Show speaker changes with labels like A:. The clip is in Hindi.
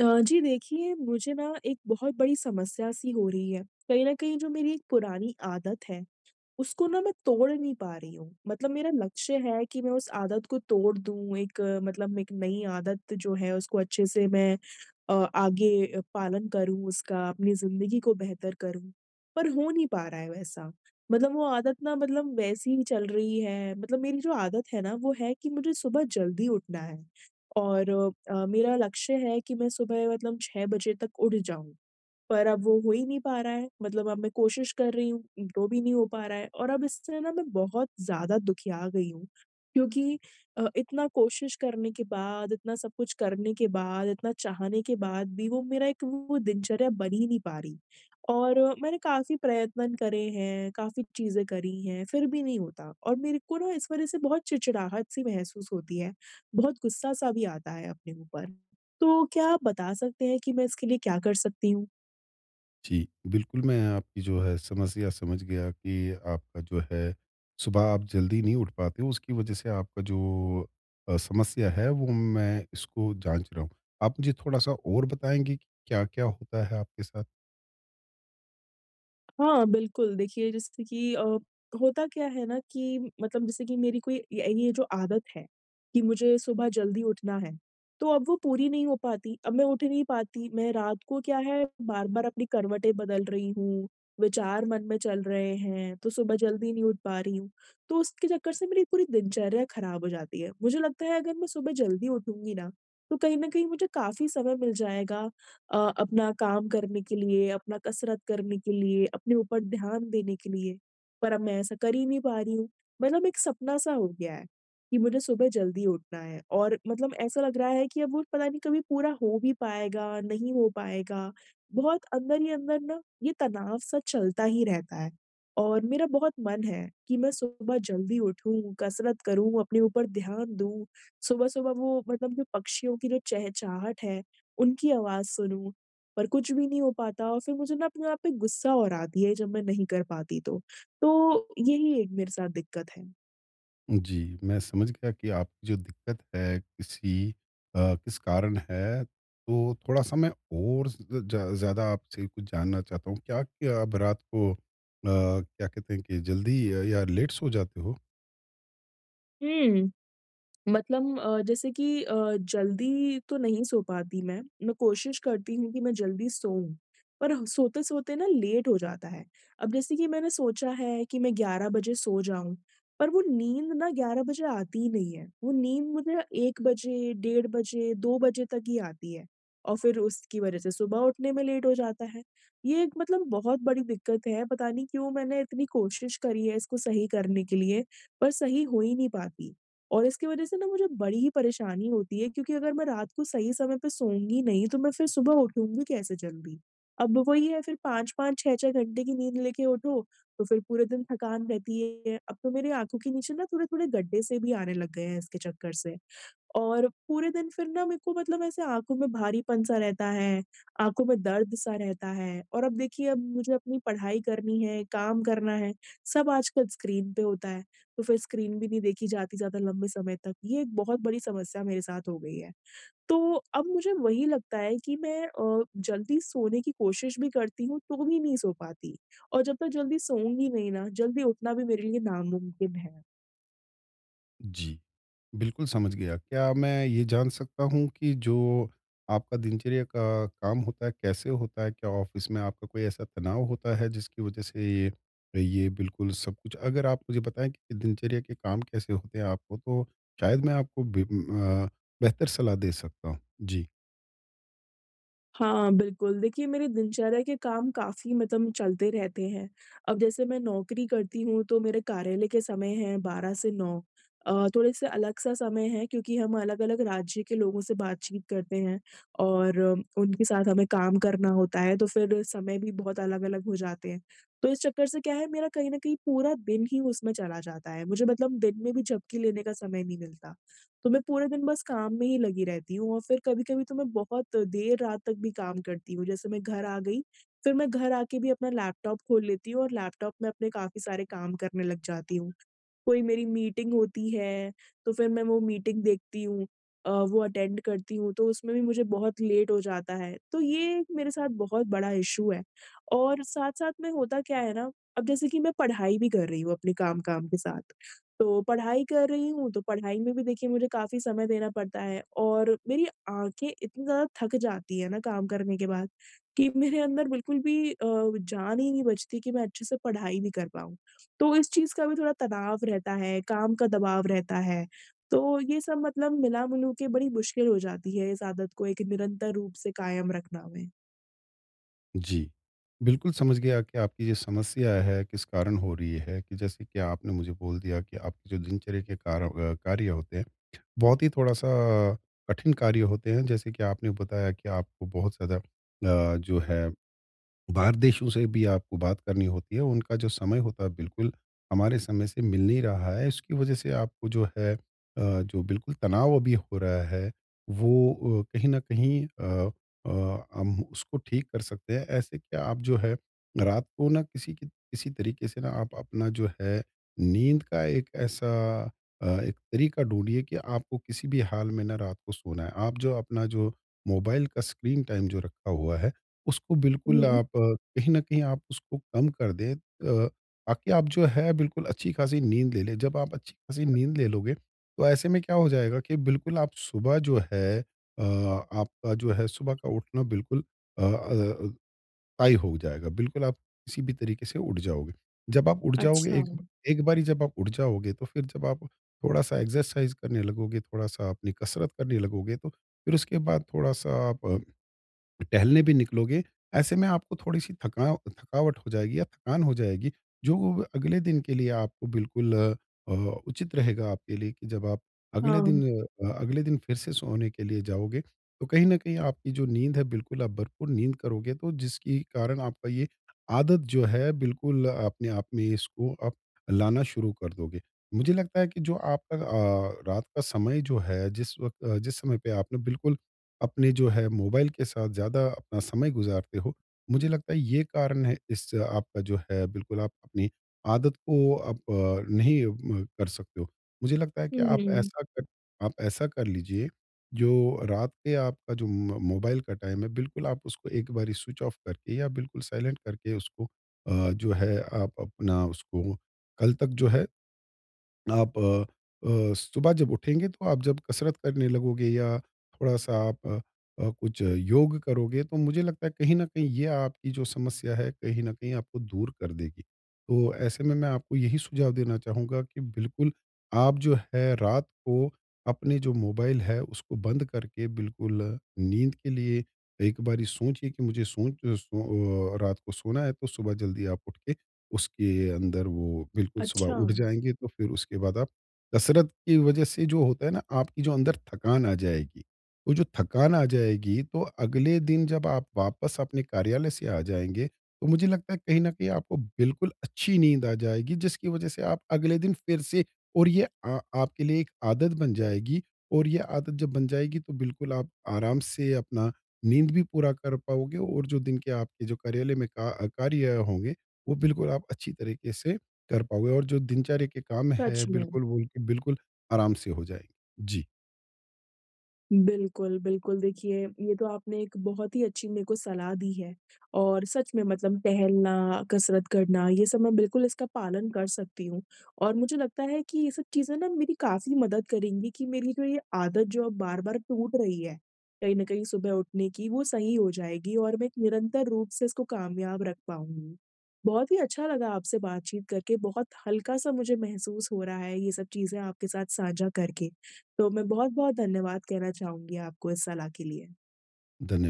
A: जी देखिए, मुझे ना एक बहुत बड़ी समस्या सी हो रही है। कहीं न कहीं जो मेरी एक पुरानी आदत है उसको ना मैं तोड़ नहीं पा रही हूँ। मतलब मेरा लक्ष्य है कि मैं उस आदत को तोड़ दूँ एक मतलब एक नई आदत जो है उसको अच्छे से मैं आगे पालन करूँ उसका, अपनी ज़िंदगी को बेहतर करूँ। पर हो नहीं पा रहा है वैसा। मतलब वो आदत ना मतलब वैसी ही चल रही है। मतलब मेरी जो आदत है ना वो है कि मुझे सुबह जल्दी उठना है और मेरा लक्ष्य है कि मैं सुबह मतलब 6 बजे तक उठ जाऊँ। पर अब वो हो ही नहीं पा रहा है, मतलब अब मैं कोशिश कर रही हूँ, तो भी नहीं हो पा रहा है और अब इससे ना मैं बहुत ज़्यादा दुखिया गई हूँ। क्योंकि इतना कोशिश करने के बाद, इतना सब कुछ करने के बाद, इतना चाहने के बाद भी वो मेरा एक वो दिनचर्या बन ही नहीं पा रही और मैंने काफ़ी प्रयत्न करे हैं, काफ़ी चीज़ें करी हैं, फिर भी नहीं होता और मेरे को ना इस वज़ह से बहुत चिड़चिड़ाहट-सी महसूस होती है, बहुत गुस्सा-सा भी आता है अपने ऊपर। तो क्या आप बता सकते हैं कि मैं इसके लिए क्या कर सकती हूँ?
B: जी, बिल्कुल, मैं आपकी जो है समस्या समझ गया कि आपका जो है, सुबह आप जल्दी नहीं उठ पाते हो, उसकी वजह से आपका जो समस्या है, वो मैं इसको जाँच रहा हूँ। आप मुझे थोड़ा-सा और बताएँगे कि क्या-क्या होता है आपके साथ?
A: हाँ, बिल्कुल। देखिए जैसे कि होता क्या है ना कि मतलब जैसे कि मेरी कोई ये जो आदत है कि मुझे सुबह जल्दी उठना है, तो अब वो पूरी नहीं हो पाती। अब मैं उठ नहीं पाती। मैं रात को क्या है बार-बार अपनी करवटें बदल रही हूँ, विचार मन में चल रहे हैं, तो सुबह जल्दी नहीं उठ पा रही हूँ। तो उसके चक्कर से मेरी पूरी दिनचर्या खराब हो जाती है। मुझे लगता है अगर मैं सुबह जल्दी उठूँगी ना, तो कहीं न कहीं मुझे काफ़ी समय मिल जाएगा अपना काम करने के लिए, अपना कसरत करने के लिए, अपने ऊपर ध्यान देने के लिए, पर अब मैं ऐसा कर ही नहीं पा रही हूँ। मतलब एक सपना-सा हो गया है कि मुझे सुबह जल्दी उठना है और मतलब ऐसा लग रहा है कि अब वो पता नहीं कभी पूरा हो भी पाएगा, नहीं हो पाएगा। बहुत अंदर ही अंदर ना ये तनाव-सा चलता ही रहता है और मेरा बहुत मन है कि मैं सुबह जल्दी उठूँ, कसरत करूँ, अपने ऊपर ध्यान दूँ। सुबह-सुबह वो मतलब जो पक्षियों की जो चहचहाट है उनकी आवाज़ सुनूँ, पर कुछ भी नहीं हो पाता और फिर मुझे ना अपने आप पे गुस्सा और आती है जब मैं नहीं कर पाती तो। तो यही एक मेरे साथ दिक्कत
B: जी, मैं समझ गया कि आपकी जो दिक्कत है, किस कारण है, तो थोड़ा-सा मैं और ज़ ज़्या ज़्यादा आपसे कुछ जानना चाहता हूँ। क्या-क्या आप रात को क्या कहते हैं कि जल्दी या लेट सो जाते हो?
A: है। मतलब जैसे कि जल्दी तो नहीं सो पाती मैं कोशिश करती हूँ कि मैं जल्दी सोऊँ, पर सोते-सोते ना लेट हो जाता है। अब जैसे कि मैंने सोचा है कि मैं 11 बजे सो जाऊँ, पर वो नींद ना 11 बजे आती ही नहीं है। वो नींद मुझे 1 बजे, 1:30 बजे, 2 बजे तक ही आती है और फिर उसकी वज़ह से सुबह उठने में लेट हो जाता है। ये एक मतलब बहुत बड़ी दिक्कत है, पता नहीं क्यों मैंने इतनी कोशिश करी है इसको सही करने के लिए, पर सही हो ही नहीं पाती। और इसकी वजह से ना मुझे बड़ी ही परेशानी होती है क्योंकि अगर मैं रात को सही समय पे सोऊँगी नहीं, तो मैं फिर सुबह उठूँगी कैसे जल्दी? अब वही है फिर 5-5, 6-6 घंटे की नींद लेके उठो, तो फिर पूरे दिन थकान रहती है। अब तो मेरी आँखों के नीचे ना थोड़े-थोड़े गड्ढे से भी आने लग गए हैं इसके चक्कर से। और पूरे दिन फिर ना मेरे को मतलब ऐसे आँखों में भारीपन-सा रहता है, आँखों में दर्द-सा रहता है और अब देखिए अब मुझे अपनी पढ़ाई करनी है, काम करना है, सब आजकल स्क्रीन पे होता है, तो फिर स्क्रीन भी नहीं देखी जाती ज़्यादा लंबे समय तक। ये एक बहुत बड़ी समस्या मेरे साथ हो गई है। तो अब मुझे वही लगता है कि मैं जल्दी सोने की कोशिश भी करती हूँ, तो भी नहीं सो पाती और जब तक जल्दी सोऊँगी नहीं ना, जल्दी उठना भी मेरे लिए नामुमकिन है।
B: जी, बिल्कुल समझ गया। क्या मैं ये जान सकता हूँ कि जो आपका दिनचर्या का काम होता है, कैसे होता है? क्या ऑफ़िस में आपका कोई ऐसा तनाव होता है जिसकी वज़ह से ये बिल्कुल सब कुछ अगर आप मुझे बताएँ कि दिनचर्या के काम कैसे होते हैं आपको, तो शायद मैं आपको बेहतर सलाह दे सकता हूँ। जी।
A: हाँ, बिल्कुल। देखिए, मेरी दिनचर्या के काम काफ़ी मतलब चलते रहते हैं। अब जैसे मैं नौकरी करती हूँ, तो मेरे कार्यालय के समय हैं 12 से 9। थोड़े-से अलग-सा समय है क्योंकि हम अलग-अलग राज्य के लोगों से बातचीत करते हैं और उनके साथ हमें काम करना होता है, तो फिर समय भी बहुत अलग-अलग हो जाते हैं। तो इस चक्कर से क्या है, मेरा कहीं न कहीं पूरा दिन ही उसमें चला जाता है। मुझे मतलब दिन में भी झपकी लेने का समय नहीं मिलता। तो मैं पूरे दिन बस काम में ही लगी रहती हूँ और फिर कभी-कभी तो मैं बहुत देर रात तक भी काम करती हूँ। जैसे मैं घर आ गई, फिर मैं घर आके भी अपना लैपटॉप खोल लेती हूँ और लैपटॉप में अपने काफ़ी सारे काम करने लग जाती हूँ। कोई मेरी मीटिंग होती है, तो फिर मैं वो मीटिंग देखती हूँ वो अटेंड करती हूँ, तो उसमें भी मुझे बहुत लेट हो जाता है। तो ये एक मेरे साथ बहुत बड़ा इश्यू है और साथ-साथ में होता क्या है ना, अब जैसे कि मैं पढ़ाई भी कर रही हूँ अपने काम-काम के साथ, तो पढ़ाई कर रही हूँ, तो पढ़ाई में भी देखिए मुझे काफ़ी समय देना पड़ता है और मेरी आँखें इतनी ज़्यादा थक जाती है ना काम करने के बाद, कि मेरे अंदर बिल्कुल भी जान ही नहीं बचती कि मैं अच्छे से पढ़ाई भी कर पाऊँ। तो इस चीज़ का भी थोड़ा तनाव रहता है, काम का दबाव रहता है। तो ये सब मतलब मिला-जुलू के बड़ी मुश्किल हो जाती है इस आदत को एक निरंतर रूप से कायम रखना में।
B: जी। बिल्कुल समझ गया कि आपकी ये समस्या है, किस कारण हो रही है कि जैसे कि आपने मुझे बोल दिया कि आपकी जो दिनचर्या के कार्य होते हैं, बहुत ही थोड़ा-सा कठिन कार्य होते हैं। जैसे कि आपने बताया कि आपको बहुत ज़्यादा जो है बाहर देशों से भी आपको बात करनी होती है, उनका जो समय होता है बिल्कुल हमारे समय से मिल नहीं रहा है, इसकी वजह से आपको जो है जो बिल्कुल तनाव अभी हो रहा है, वो कहीं न कहीं अ, हम उसको ठीक कर सकते हैं। ऐसे क्या आप जो है रात को ना किसी तरीके से ना आप अपना जो है नींद का एक ऐसा एक तरीका ढूँढिए कि आपको किसी भी हाल में ना रात को सोना है। आप जो अपना जो मोबाइल का स्क्रीन टाइम जो रखा हुआ है उसको बिल्कुल
A: हुँ।
B: आप कहीं न कहीं आप उसको कम कर दें, ताकि आप जो है बिल्कुल अच्छी खासी नींद ले लें। जब आप अच्छी खासी नींद ले लोगे, तो ऐसे में क्या हो जाएगा कि बिल्कुल आप सुबह जो है आपका जो है सुबह का उठना बिल्कुल अ अ, तय हो जाएगा। बिल्कुल आप किसी भी तरीके से उठ जाओगे। जब आप उठ जाओगे
A: अच्छा।
B: एक एक बारी जब आप उठ जाओगे, तो फिर जब आप थोड़ा-सा एक्सरसाइज़ करने लगोगे, थोड़ा-सा अपनी कसरत करने लगोगे, तो फिर उसके बाद थोड़ा-सा आप टहलने भी निकलोगे, ऐसे में आपको थोड़ी-सी थकावट हो जाएगी या थकान हो जाएगी, जो वो अगले दिन के लिए आपको बिल्कुल अ, उचित रहेगा आपके लिए कि जब आप अगले दिन
A: हाँ।
B: अगले दिन फिर से सोने के लिए जाओगे, तो कहीं न कहीं आपकी जो नींद है बिल्कुल आप भरपूर नींद करोगे, तो जिसकी कारण आपका ये आदत जो है बिल्कुल अपने आप में इसको आप लाना शुरू कर दोगे। मुझे लगता है कि जो आपका रात का समय जो है, जिस वक़्त जिस समय पे आपने बिल्कुल अपने जो है मोबाइल के साथ ज़्यादा अपना समय गुज़ारते हो। मुझे लगता है ये कारण है, इस आपका जो है बिल्कुल आप अपनी आदत को आप नहीं म कर सकते हो। मुझे लगता है कि
A: हुँ,
B: आप ऐसा कर लीजिए, जो रात के आपका जो म मोबाइल का टाइम है बिल्कुल आप उसको एक बारी स्विच ऑफ करके या बिल्कुल साइलेंट करके उसको जो है आप अपना उसको कल तक जो है आप सुबह जब उठेंगे तो आप जब कसरत करने लगोगे या थोड़ा-सा आप कुछ योग करोगे, तो मुझे लगता है कहीं न कहीं ये आपकी जो समस्या है, कहीं न कहीं आपको दूर कर देगी। तो ऐसे में मैं आपको यही सुझाव देना चाहूँगा कि बिल्कुल आप जो है रात को अपने जो मोबाइल है उसको बंद करके बिल्कुल नींद के लिए एक बारी सोचिए कि मुझे रात को सोना है, तो सुबह जल्दी आप उठ के उसके अंदर वो बिल्कुल
A: अच्छा,
B: सुबह उठ जाएँगे, तो फिर उसके बाद आप कसरत की वज़ह से जो होता है ना, आपकी जो अंदर थकान आ जाएगी। वो जो थकान आ जाएगी, तो अगले दिन जब आप वापस अपने कार्यालय से आ जाएँगे, तो मुझे लगता है कहीं न कहीं आपको बिल्कुल अच्छी नींद आ जाएगी, जिसकी वज़ह से आप अगले दिन फिर से, और ये आ आपके लिए एक आदत बन जाएगी और ये आदत जब बन जाएगी, तो बिल्कुल आप आराम से अपना नींद भी पूरा कर पाओगे और जो दिन के आपके जो कार्यालय में का कार्य होंगे, वो बिल्कुल आप अच्छी तरीके से कर पाओगे और जो दिनचर्या के काम है,
A: सच में।
B: बिल्कुल वो बिल्कुल आराम से हो जाएँगे। जी,
A: बिल्कुल, बिल्कुल। देखिए, ये तो आपने एक बहुत ही अच्छी मेरे को सलाह दी है और सच में मतलब टहलना, कसरत करना, ये सब मैं बिल्कुल इसका पालन कर सकती हूँ और मुझे लगता है कि ये सब चीज़ें ना मेरी काफ़ी मदद करेंगी कि मेरी जो ये आदत जो अब बार-बार टूट रही है, कहीं न कहीं सुबह उठने की, वो सही हो जाएगी और मैं एक निरंतर रूप से इसको कामयाब रख पाऊँगी। बहुत ही अच्छा लगा आपसे बातचीत करके, बहुत हल्का-सा मुझे महसूस हो रहा है ये सब चीज़ें आपके साथ साझा करके। तो मैं बहुत-बहुत धन्यवाद कहना चाहूँगी आपको इस सलाह के लिए।
B: धन्यवाद।